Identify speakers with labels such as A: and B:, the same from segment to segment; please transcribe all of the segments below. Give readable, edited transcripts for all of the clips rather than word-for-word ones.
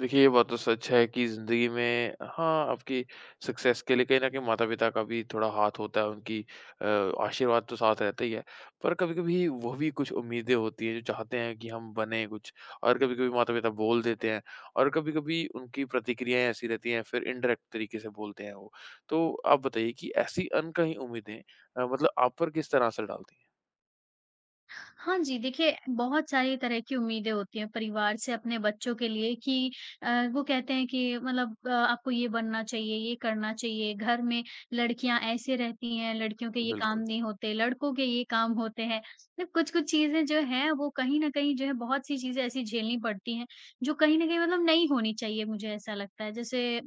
A: देखिए, ये बात तो सच है कि ज़िंदगी में हाँ, आपकी सक्सेस के लिए कहीं न कहीं माता-पिता का भी थोड़ा हाथ होता है, उनकी अ, आशीर्वाद तो साथ रहता ही है। पर कभी-कभी वो भी कुछ उम्मीदें होती हैं, जो चाहते हैं कि हम बनें कुछ और कभी-कभी माता-पिता बोल देते हैं और कभी-कभी उनकी प्रतिक्रियाएँ ऐसी रहती हैं, फिर इनडायरेक्ट तरीके से बोलते हैं वो। तो आप बताइए कि ऐसी अनकही उम्मीदें मतलब आप पर किस तरह असर डालती हैं?
B: हाँ जी, देखिए बहुत सारी तरह की उम्मीदें होती हैं परिवार से अपने बच्चों के लिए कि अ, वो कहते हैं कि मतलब आपको ये बनना चाहिए, ये करना चाहिए, घर में लड़कियाँ ऐसे रहती हैं, लड़कियों के ये काम
A: बिल्कुल,
B: नहीं होते, लड़कों के ये काम होते हैं। मतलब कुछ-कुछ चीज़ें जो हैं वो कहीं न कहीं जो है बहुत सी चीज़ें ऐसी झेलनी पड़ती हैं, जो कहीं न कहीं मतलब नहीं होनी चाहिए मुझे ऐसा लगता है। जैसे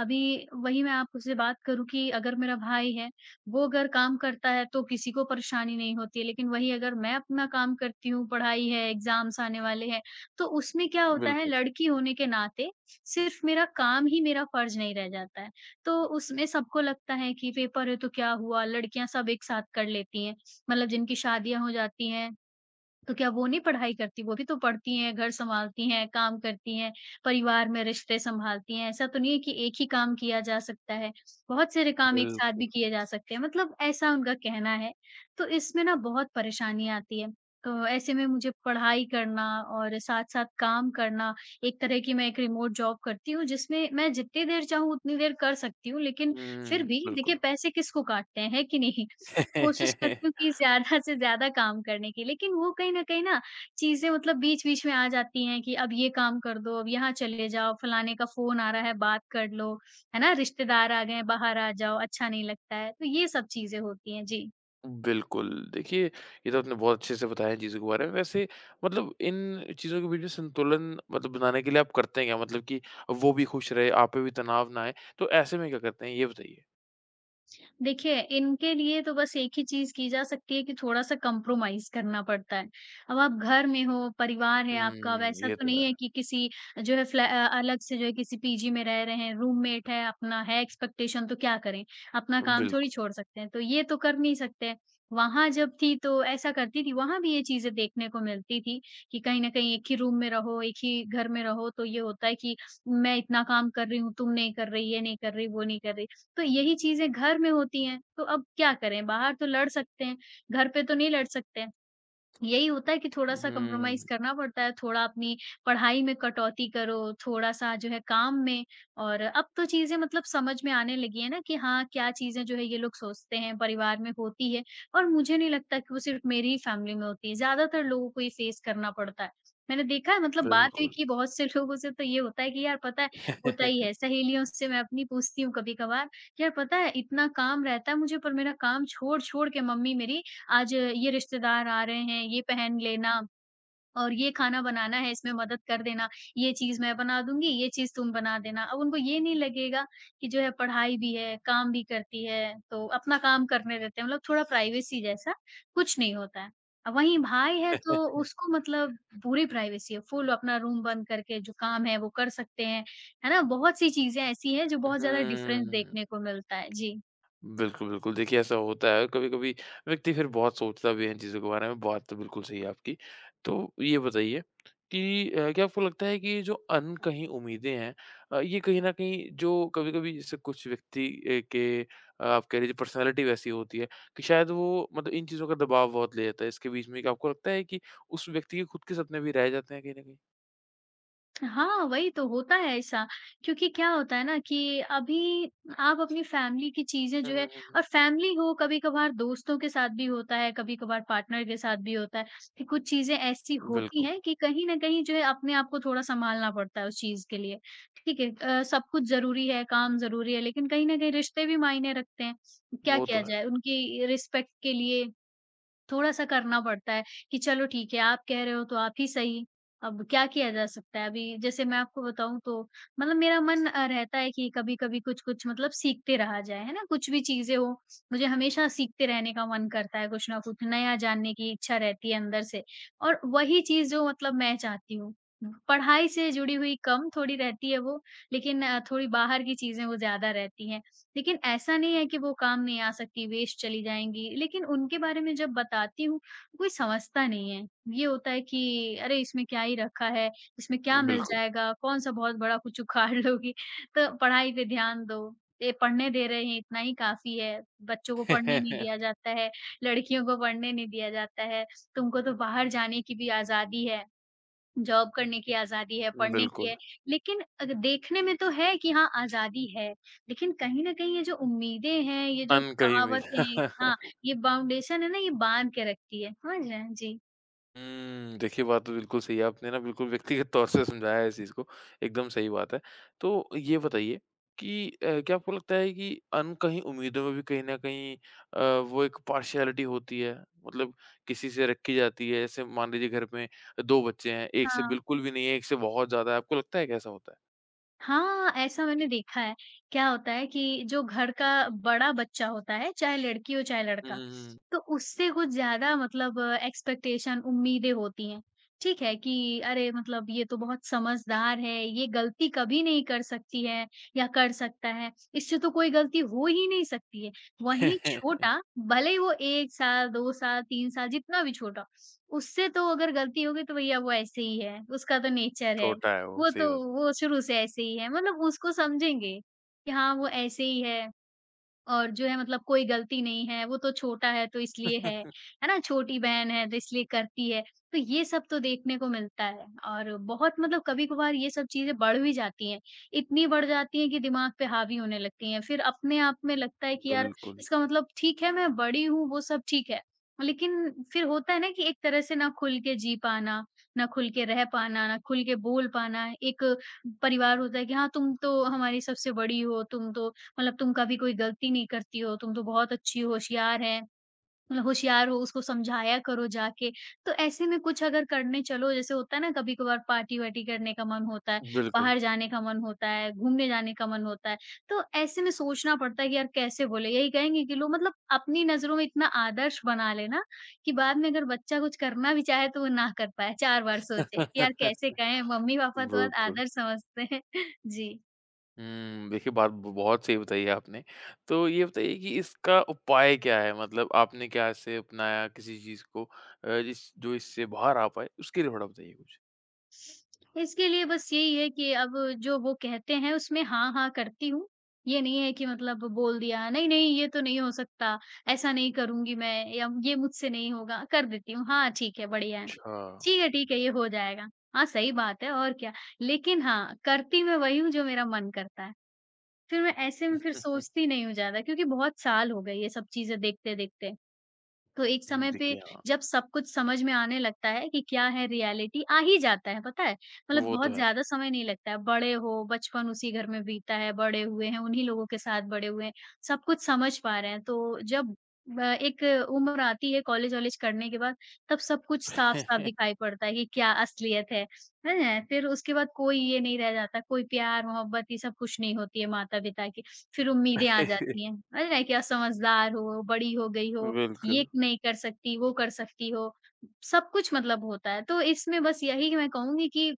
B: अभी वही मैं आपसे बात करूँ कि अगर मेरा भाई है वो अगर काम करता है तो किसी को परेशानी नहीं होती है, लेकिन वही अगर मैं अपना काम करती हूँ, पढ़ाई है, एग्ज़ाम्स आने वाले हैं, तो उसमें क्या होता है
A: बिल्कुल,
B: लड़की होने के नाते सिर्फ़ मेरा काम ही मेरा फ़र्ज़ नहीं रह जाता है। तो उसमें सबको लगता है कि पेपर है तो क्या हुआ, लड़कियाँ सब एक साथ कर लेती हैं। मतलब जिनकी शादियाँ हो जाती हैं तो क्या वो नहीं पढ़ाई करती? वो भी तो पढ़ती हैं, घर सँभालती हैं, काम करती हैं, परिवार में रिश्ते सँभालती हैं। ऐसा तो नहीं है कि एक ही काम किया जा सकता है, बहुत सारे काम एक साथ
A: बिल्कुल।
B: भी किए जा सकते हैं, मतलब ऐसा उनका कहना है। तो इसमें ना बहुत परेशानी आती है, तो ऐसे में मुझे पढ़ाई करना और साथ-साथ काम करना, एक तरह की मैं एक रिमोट जॉब करती हूँ, जिसमें मैं जितनी देर चाहूँ उतनी देर कर सकती हूँ, लेकिन फिर
A: हुँ,
B: भी देखिए
A: बिल्कुल।
B: पैसे किसको काटते हैं, है कि नहीं? कोशिश करती हूँ कि ज़्यादा से ज़्यादा काम करने की, लेकिन वो कहीं न कहीं ना चीज़ें मतलब बीच-बीच में आ जाती हैं कि अब ये काम कर दो, अब यहाँ चले जाओ, फलाने का फ़ोन आ रहा है, बात कर लो, है ना? रिश्तेदार आ गए हैं, बाहर आ जाओ, अच्छा नहीं लगता है। तो ये सब चीज़ें होती हैं। जी।
A: बिल्कुल, देखिए ये तो आपने बहुत अच्छे से बताया चीज़ों के बारे में। वैसे मतलब इन चीज़ों के बीच में संतुलन मतलब बनाने के लिए आप करते हैं क्या? मतलब कि वो भी खुश रहे, आप पे भी तनाव ना आए, तो ऐसे में क्या करते हैं ये बताइए?
B: देखिए, इनके लिए तो बस एक ही चीज़ की जा सकती है कि थोड़ा-सा कॉम्प्रोमाइज़ करना पड़ता है। अब आप घर में हो, परिवार है आपका, अब
A: हुँ,
B: ऐसा
A: ये
B: तो
A: तो
B: नहीं है
A: है।
B: कि किसी जो है अलग से जो है किसी पीजी में रह रहे हैं, रूममेट है, अपना है एक्सपेक्टेशन तो क्या करें? अपना काम थोड़ी
A: बिल्कुल।
B: छोड़ सकते हैं, तो ये तो कर नहीं सकते। वहाँ जब थी तो ऐसा करती थी, वहाँ भी ये चीज़ें देखने को मिलती थी कि कहीं न कहीं एक ही रूम में रहो, एक ही घर में रहो तो ये होता है कि मैं इतना काम कर रही हूँ, तुम नहीं कर रही, ये नहीं कर रही, वो नहीं कर रही। तो यही चीज़ें घर में होती हैं, तो अब क्या करें? बाहर तो लड़ सकते हैं, घर पे तो नहीं लड़ सकते। यही होता है कि थोड़ा-सा कॉम्प्रोमाइज़
A: हुँ,
B: करना पड़ता है, थोड़ा अपनी पढ़ाई में कटौती करो, थोड़ा-सा जो है काम में और अब तो चीज़ें मतलब समझ में आने लगी है ना कि हाँ, क्या चीज़ें जो है ये लोग सोचते हैं, परिवार में होती है और मुझे नहीं लगता कि वो सिर्फ़ मेरी ही फैमिली में होती है, ज़्यादातर लोगों को ये फेस करना पड़ता है। मैंने देखा है मतलब बात हुई
A: बिल्कुल।
B: कि बहुत से लोगों से तो ये होता है कि यार पता है होता ही है, सहेलियों से मैं अपनी पूछती हूँ कभी-कभार, यार पता है इतना काम रहता है मुझे पर मेरा काम छोड़-छोड़ के मम्मी मेरी आज ये रिश्तेदार आ रहे हैं, ये पहन लेना और ये खाना बनाना है, इसमें मदद कर देना। ये चीज़ मैं बना दूँगी, ये चीज़ तुम बना देना। अब उनको ये नहीं लगेगा कि जो है पढ़ाई भी है, काम भी करती है, तो अपना काम करने देते हैं। मतलब थोड़ा प्राइवेसी जैसा कुछ नहीं होता है। वहीं भाई है तो उसको मतलब पूरी प्राइवेसी है, फुल अपना रूम बंद करके जो काम है वो कर सकते हैं। है ना? बहुत सी चीज़ें ऐसी हैं जो बहुत ज़्यादा डिफ़रेंस
A: हुँ।
B: देखने को मिलता है। जी।
A: बिल्कुल, बिल्कुल। देखिए, ऐसा होता है कभी-कभी व्यक्ति फिर बहुत सोचता भी है इन चीज़ों के बारे में, बात तो बिल्कुल सही है आपकी। तो ये बताइए कि क्या आपको लगता है कि ये जो अनकही उम्मीदें हैं ये कहीं न कहीं जो कभी-कभी जैसे कुछ व्यक्ति के आप कह लीजिए पर्सनैलिटी वैसी होती है कि शायद वो मतलब इन चीज़ों का दबाव बहुत ले लेता है। इसके बीच में क्या आपको लगता है कि उस व्यक्ति के खुद के सपने भी रह जाते हैं कहीं न कहीं?
B: हाँ, वही तो होता है ऐसा। क्योंकि क्या होता है ना कि अभी आप अपनी फैमिली की चीज़ें
A: हुँ,
B: जो है
A: हुँ, हुँ, हुँ।
B: और फैमिली हो कभी-कभार दोस्तों के साथ भी होता है, कभी-कभार पार्टनर के साथ भी होता है कि कुछ चीज़ें ऐसी होती
A: बिल्कुल,
B: हैं कि कहीं न कहीं जो है अपने आप को थोड़ा सँभालना पड़ता है उस चीज़ के लिए। ठीक है सब कुछ ज़रूरी है, काम ज़रूरी है लेकिन कहीं न कहीं रिश्ते भी मायने रखते हैं। क्या
A: वो तो
B: किया
A: है।
B: जाए उनकी रिस्पेक्ट के लिए थोड़ा-सा करना पड़ता है कि चलो ठीक है, आप कह रहे हो तो आप ही सही। अब क्या किया जा सकता है? अभी जैसे मैं आपको बताऊँ तो मतलब मेरा मन रहता है कि कभी-कभी कुछ-कुछ मतलब सीखते रहा जाए, है ना? कुछ भी चीज़ें हों, मुझे हमेशा सीखते रहने का मन करता है, कुछ ना कुछ नया जानने की इच्छा रहती है अंदर से और वही चीज़ जो मतलब मैं चाहती हूँ। पढ़ाई से जुड़ी हुई कम थोड़ी रहती है वो, लेकिन थोड़ी बाहर की चीज़ें वो ज़्यादा रहती हैं। लेकिन ऐसा नहीं है कि वो काम नहीं आ सकती, वेस्ट चली जाएँगी, लेकिन उनके बारे में जब बताती हूँ, कोई समझता नहीं है। ये होता है कि अरे! इसमें क्या ही रखा है, इसमें क्या मिल
A: बिल्कुल।
B: जाएगा, कौन-सा बहुत बड़ा कुछ उखाड़ लोगी, तो पढ़ाई पे ध्यान दो। ये पढ़ने दे रहे हैं, इतना ही काफ़ी है। बच्चों को पढ़ने नहीं दिया जाता है, लड़कियों को पढ़ने नहीं दिया जाता है, तुमको तो बाहर जाने की भी आज़ादी है। जॉब करने की आज़ादी है, पढ़ने की
A: बिल्कुल,
B: है, लेकिन अग देखने में तो है कि हाँ, आज़ादी है, लेकिन कहीं न कहीं ये जो उम्मीदें हैं, ये जो
A: अनकही
B: कहावतें हैं
A: उम्मीद।
B: हाँ, ये फाउंडेशन है ना, ये बाँध के रखती है। समझ रहे हैं? जी।
A: हुँ, देखिए बात तो बिल्कुल सही है, आपने ना बिल्कुल व्यक्तिगत तौर से समझाया है इस चीज़ को, एकदम सही बात है। तो ये बताइए कि क्या आपको लगता है कि अनकही उम्मीदों में भी कहीं न कहीं वो एक पार्शियलिटी होती है? मतलब किसी से रखी जाती है, जैसे मान लीजिए घर में 2 बच्चे हैं, एक से
B: हाँ।
A: बिल्कुल भी नहीं है, एक से बहुत ज़्यादा है, आपको लगता है कि ऐसा होता है?
B: हाँ, ऐसा मैंने देखा है। क्या होता है कि जो घर का बड़ा बच्चा होता है, चाहे लड़की हो चाहे
A: हुँ,
B: लड़का,
A: हुँ, हुँ।
B: तो उससे कुछ ज़्यादा मतलब एक्सपेक्टेशन उम्मीदें होती हैं। ठीक है कि अरे मतलब ये तो बहुत समझदार है, ये गलती कभी नहीं कर सकती है या कर सकता है, इससे तो कोई गलती हो ही नहीं सकती है। वहीं छोटा, भले ही वो 1 साल, 2 साल, 3 साल जितना भी छोटा, उससे तो अगर गलती होगी तो भैया वो ऐसे ही है, उसका तो नेचर है।
A: छोटा है वो,
B: वो
A: सही
B: तो
A: बात।
B: वो शुरू से ऐसे ही है मतलब उसको समझेंगे, कि हाँ, वो ऐसे ही है। और जो है मतलब कोई गलती नहीं है, वो तो छोटा है तो इसलिए है ना? छोटी बहन है तो इसलिए करती है। तो ये सब तो देखने को मिलता है और बहुत मतलब कभी-कभार ये सब चीज़ें बढ़ भी जाती हैं। इतनी बढ़ जाती हैं कि दिमाग पे हावी होने लगती हैं। फिर अपने आप में लगता है कि यार
A: बिल्कुल,
B: इसका मतलब ठीक है मैं बड़ी हूँ वो सब ठीक है। लेकिन फिर होता है ना कि एक तरह से ना खुल के जी पाना, ना खुल के रह पाना, ना खुल के बोल पाना। एक परिवार होता है कि हाँ, तुम तो हमारी सबसे बड़ी हो, तुम तो मतलब तुम कभी कोई गलती नहीं करती हो, तुम तो बहुत अच्छी हो, होशियार हैं, मतलब होशियार हो उसको समझाया करो जाके। तो ऐसे में कुछ अगर करने चलो जैसे होता है ना कभी-कभार पार्टी-वार्टी करने का मन होता है,
A: बिल्कुल।
B: बाहर जाने का मन होता है, घूमने जाने का मन होता है, तो ऐसे में सोचना पड़ता है कि यार कैसे बोले? यही कहेंगे कि लो मतलब अपनी नज़रों में इतना आदर्श बना लेना कि बाद में अगर बच्चा कुछ करना भी चाहे तो वो ना कर पाए, 4 बार सोचे कि यार कैसे कहें? मम्मी-पापा तो आज
A: बिल्कुल।
B: आदर्श समझते हैं। जी।
A: हुँ, देखिए बात ब बहुत सही बताई है आपने। तो ये बताइए कि इसका उपाय क्या है? मतलब आपने क्या इससे अपनाया किसी चीज़ को जिस जो इससे बाहर आ पाए, उसके लिए थोड़ा बताइए कुछ?
B: इसके लिए बस यही है कि अब जो वो कहते हैं उसमें हाँ, हाँ करती हूँ। ये नहीं है कि मतलब बोल दिया, नहीं, नहीं ये तो नहीं हो सकता, ऐसा नहीं करूँगी मैं या ये मुझसे नहीं होगा, कर देती हूँ। हाँ, ठीक है, बढ़िया है।
A: अच्छा।
B: ठीक है, ठीक है, ये हो जाएगा। हाँ, सही बात है और क्या। लेकिन हाँ, करती मैं वही हूँ जो मेरा मन करता है। फिर मैं ऐसे में फिर सोचती नहीं हूँ ज़्यादा क्योंकि बहुत साल हो गए ये सब चीज़ें देखते-देखते। तो एक समय पे
A: देखिए हाँ,
B: जब सब कुछ समझ में आने लगता है कि क्या है रियलिटी आ ही जाता है पता है? मतलब
A: वो तो
B: बहुत
A: है।
B: ज़्यादा समय नहीं लगता है। बड़े हो, बचपन उसी घर में बीता है, बड़े हुए हैं, उन्हीं लोगों के साथ बड़े हुए हैं, सब कुछ समझ पा रहे हैं। तो जब एक उम्र आती है कॉलेज-वॉलेज करने के बाद, तब सब कुछ साफ-साफ दिखाई पड़ता है कि क्या असलियत है, हैं? फिर उसके बाद कोई ये नहीं रह जाता, कोई प्यार-मोहब्बत ये सब कुछ नहीं होती है माता-पिता की। फिर उम्मीदें आ जाती हैं, है ना? कि अब समझदार हो, बड़ी हो गई हो, ये
A: बिल्कुल।
B: नहीं कर सकती, वो कर सकती हो। सब कुछ मतलब होता है, तो इसमें बस यही मैं कहूँगी कि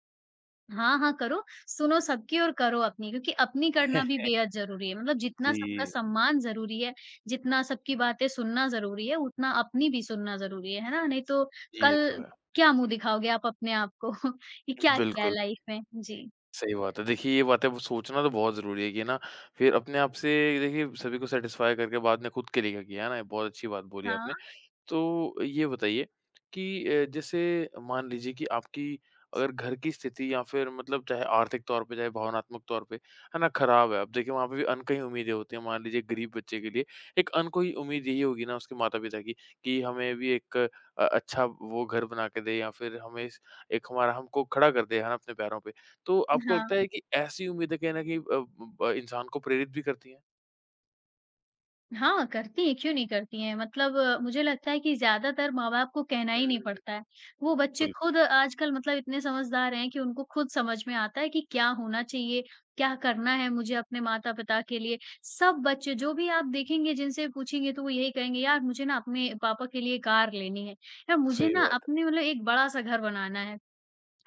B: हाँ, हाँ करो, सुनो सबकी और करो अपनी, क्योंकि अपनी करना भी बेहद ज़रूरी है। मतलब जितना सबका
A: जी,
B: सम्मान ज़रूरी है, जितना सबकी बातें सुनना ज़रूरी है, उतना अपनी भी सुनना ज़रूरी है ना? नहीं तो
A: जी, ये तो
B: कल
A: है।
B: क्या मुँह दिखाओगे आप अपने आप को कि क्या किया है
A: बिल्कुल,
B: लाइफ में? जी।
A: सही बात है। देखिए ये बातें अब सोचना तो बहुत ज़रूरी है कि ना फिर अपने आप से देखिए सभी को सैटिस्फाई करके बाद में खुद के लिए क्या किया है ना, ये बहुत अच्छी बात बोली आपने।
B: हाँ,
A: तो ये बताइए कि जैसे मान लीजिए कि आपकी अगर घर की स्थिति या फिर मतलब चाहे आर्थिक तौर पे, चाहे भावनात्मक तौर पे, है ना, खराब है। अब देखिए वहाँ पे भी अनकही उम्मीदें होती हैं। मान लीजिए गरीब बच्चे के लिए एक अनकोही उम्मीद यही होगी ना उसके माता-पिता की कि हमें भी एक अच्छा वो घर बना के दे या फिर हमें स एक हमारा हमको खड़ा कर दे, है ना, अपने पैरों पे। तो आपको
B: हाँ।
A: लगता है कि ऐसी उम्मीदें कहीं न कहीं ब इंसान को प्रेरित भी करती हैं?
B: हाँ, करती हैं, क्यों नहीं करती हैं? मतलब मुझे लगता है कि ज़्यादातर माँ-बाप को कहना
A: हुँ,
B: ही नहीं
A: हुँ, हुँ।
B: पड़ता है। वो बच्चे
A: बिल्कुल,
B: खुद आजकल मतलब इतने समझदार हैं कि उनको खुद समझ में आता है कि क्या होना चाहिए, क्या करना है मुझे अपने माता-पिता के लिए। सब बच्चे जो भी आप देखेंगे, जिनसे पूछेंगे तो वो यही कहेंगे, "यार मुझे ना अपने पापा के लिए कार लेनी है। यार मुझे
A: सही
B: ना
A: बात है।
B: अपने मतलब एक बड़ा-सा घर बनाना है।"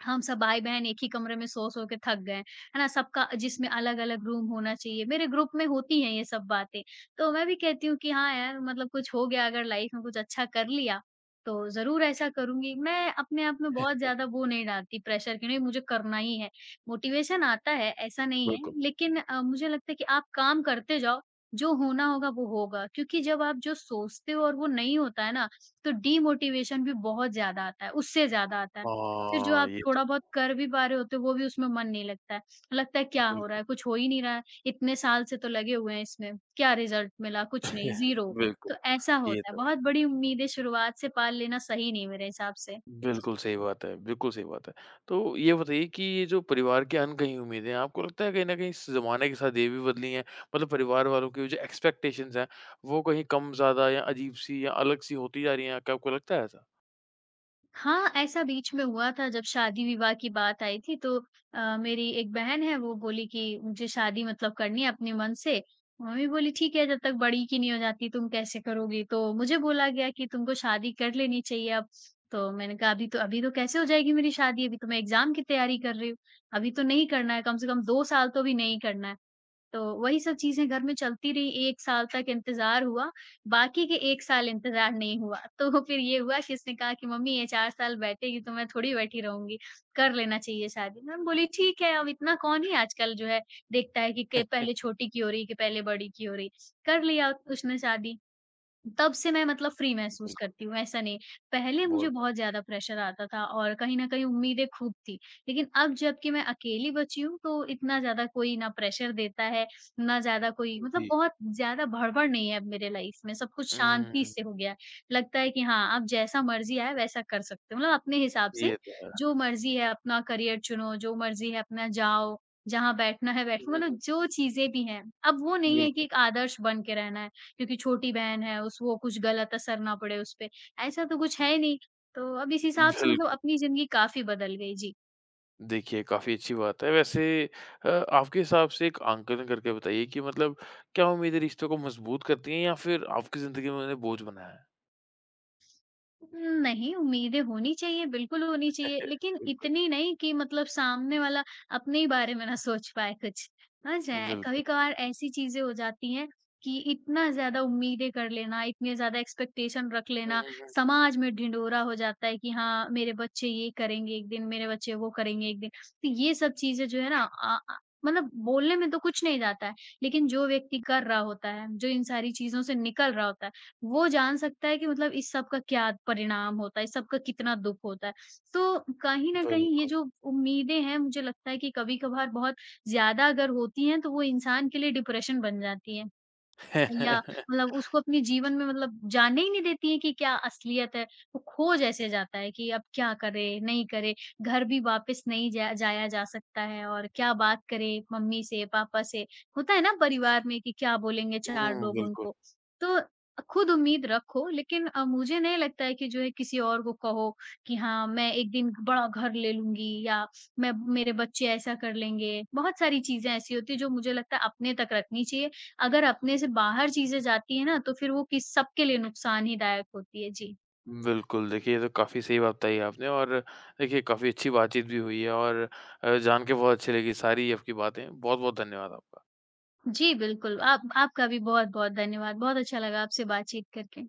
B: हम सब भाई-बहन एक ही कमरे में सो-सो के थक गए हैं। है ना? सबका जिसमें अलग-अलग रूम होना चाहिए। मेरे ग्रुप में होती हैं ये सब बातें। तो मैं भी कहती हूँ कि हाँ यार, मतलब कुछ हो गया अगर लाइफ में कुछ अच्छा कर लिया, तो ज़रूर ऐसा करूँगी। मैं अपने आप में बहुत ज़्यादा वो नहीं डालती प्रेशर कि नहीं मुझे करना ही है। मोटिवेशन आता है, ऐसा नहीं है।
A: बिल्कुल।
B: लेकिन मुझे लगता है कि आप काम करते जाओ, जो होना होगा वो होगा। क्योंकि जब आप जो सोचते हो और वो नहीं होता है ना, तो डीमोटिवेशन भी बहुत ज़्यादा आता है, उससे ज़्यादा आता है। फिर जो
A: हाँ,
B: आप
A: ये तो
B: थोड़ा बहुत कर भी पा रहे होते हो, वो भी उसमें मन नहीं लगता है। लगता है क्या हो रहा
A: बिल्कुल।
B: है? कुछ हो ही नहीं रहा है। इतने साल से तो लगे हुए हैं इसमें, क्या रिज़ल्ट मिला? कुछ नहीं, ज़ीरो।
A: बिल्कुल,
B: तो ऐसा
A: ये
B: होता है।
A: तो
B: बहुत बड़ी उम्मीदें शुरुआत से पाल लेना सही नहीं मेरे हिसाब से।
A: बिल्कुल सही बात है, बिल्कुल सही बात है। तो ये बताइए कि ये जो परिवार की अनकही उम्मीदें हैं, आपको लगता है कहीं न कहीं इस ज़माने के साथ ये भी बदली हैं? मतलब परिवार वालों की जो एक्सपेक्टेशंस हैं, वो कहीं कम-ज़्यादा या अजीब-सी या अलग-सी होती जा रही हैं? क्या आपको लगता है ऐसा?
B: हाँ, ऐसा बीच में हुआ था जब शादी-विवाह की बात आई थी तो मेरी एक बहन है वो बोली कि मुझे शादी मतलब करनी है अपने मन से। मम्मी बोली ठीक है जब तक बड़ी की नहीं हो जाती तुम कैसे करोगी? तो मुझे बोला गया कि तुमको शादी कर लेनी चाहिए अब। तो मैंने कहा अभी तो कैसे हो जाएगी मेरी शादी? अभी तो मैं एग्ज़ाम की तैयारी कर रही हूँ। अभी तो नहीं करना है, कम से कम 2 साल तो अभी नहीं करना है। तो वही सब चीज़ें घर में चलती रही, 1 साल तक इंतज़ार हुआ, बाकी के 1 साल इंतज़ार नहीं हुआ। तो फिर ये हुआ कि इसने कहा कि मम्मी ये 4 साल बैठेगी तो मैं थोड़ी बैठी रहूँगी, कर लेना चाहिए शादी। मैम बोली ठीक है, अब इतना कौन ही आजकल जो है देखता है कि के पहले छोटी की हो रही कि पहले बड़ी की हो रही। कर लिया उसने शादी। तब से मैं मतलब फ्री महसूस
A: बिल्कुल,
B: करती हूँ, ऐसा नहीं। पहले मुझे
A: बहुत
B: बहुत ज़्यादा प्रेशर आता था और कहीं न कहीं उम्मीदें खूब थी। लेकिन अब जबकि मैं अकेली बची हूँ, तो इतना ज़्यादा कोई ना प्रेशर देता है, ना ज़्यादा कोई
A: बढ़िया।
B: मतलब
A: जी।
B: बहुत ज़्यादा भड़बड़ नहीं है अब मेरे लाइफ़ में, सब कुछ शांति
A: हुँ,
B: से हो गया है। लगता है कि हाँ, आप जैसा मर्ज़ी आए वैसा कर सकते हो, मतलब अपने हिसाब से
A: ये तो है।
B: जो मर्ज़ी है अपना करियर चुनो, जो मर्ज़ी है अपना जाओ, जहाँ बैठना है
A: हुँ,
B: बैठो,
A: हुँ,
B: मतलब जो चीज़ें भी हैं, अब वो नहीं है कि
A: बिल्कुल,
B: एक आदर्श बन के रहना है। क्योंकि छोटी बहन है, उस वो कुछ गलत असर ना पड़े उसपे, ऐसा तो कुछ है नहीं। तो अब इस हिसाब से मतलब
A: बिल्कुल।
B: अपनी ज़िंदगी काफ़ी बदल गई। जी।
A: देखिए, काफ़ी अच्छी बात है। वैसे आपके हिसाब से एक आंकलन करके बताइए कि मतलब क्या उम्मीदें रिश्तों को मज़बूत करती हैं या फिर आपकी ज़िंदगी में उन्होंने बोझ बनाया है?
B: नहीं, उम्मीदें होनी चाहिए, बिल्कुल होनी चाहिए, लेकिन
A: बिल्कुल।
B: इतनी नहीं कि मतलब सामने वाला अपने ही बारे में ना सोच पाए कुछ, समझ रहे हैं?
A: बिल्कुल।
B: कभी-कभार ऐसी चीज़ें हो जाती हैं कि इतना ज़्यादा उम्मीदें कर लेना, इतने ज़्यादा एक्सपेक्टेशन रख
A: हुँ,
B: लेना,
A: हुँ, हुँ।
B: समाज में ढिंढोरा हो जाता है कि हाँ, मेरे बच्चे ये करेंगे एक दिन, मेरे बच्चे वो करेंगे एक दिन। तो ये सब चीज़ें जो है ना मतलब बोलने में तो कुछ नहीं जाता है, लेकिन जो व्यक्ति कर रहा होता है, जो इन सारी चीज़ों से निकल रहा होता है, वो जान सकता है कि मतलब इस सब का क्या परिणाम होता है, इस सब का कितना दुःख होता है। तो कहीं न कहीं ये
A: बिल्कुल।
B: जो उम्मीदें हैं मुझे लगता है कि कभी-कभार बहुत ज़्यादा अगर होती हैं तो वो इंसान के लिए डिप्रेशन बन जाती हैं। या मतलब उसको अपने जीवन में मतलब जाने ही नहीं देती है कि क्या असलियत है, वो खो जैसे जाता है कि अब क्या करे, नहीं करे, घर भी वापस नहीं जा जाया जा सकता है और क्या बात करे मम्मी से, पापा से, होता है ना परिवार में कि क्या बोलेंगे 4
A: हुँ,
B: लोग
A: बिल्कुल।
B: उनको। तो खुद उम्मीद रखो लेकिन मुझे नहीं लगता है कि जो है किसी और को कहो कि हाँ, मैं एक दिन बड़ा घर ले लूँगी या मैं मेरे बच्चे ऐसा कर लेंगे, बहुत सारी चीज़ें ऐसी होती हैं जो मुझे लगता है अपने तक रखनी चाहिए अगर अपने से बाहर चीज़ें जाती हैं ना, तो फिर वो किस सबके लिए नुकसान ही दायक होती है। जी।
A: बिल्कुल, देखिए ये तो काफ़ी सही बात बताई आपने और देखिए काफ़ी अच्छी बातचीत भी हुई है और जान के बहुत अच्छी लगी सारी आपकी बातें। बहुत-बहुत धन्यवाद आपका।
B: जी, बिल्कुल। आप आपका भी बहुत-बहुत धन्यवाद। बहुत अच्छा लगा आपसे बातचीत करके।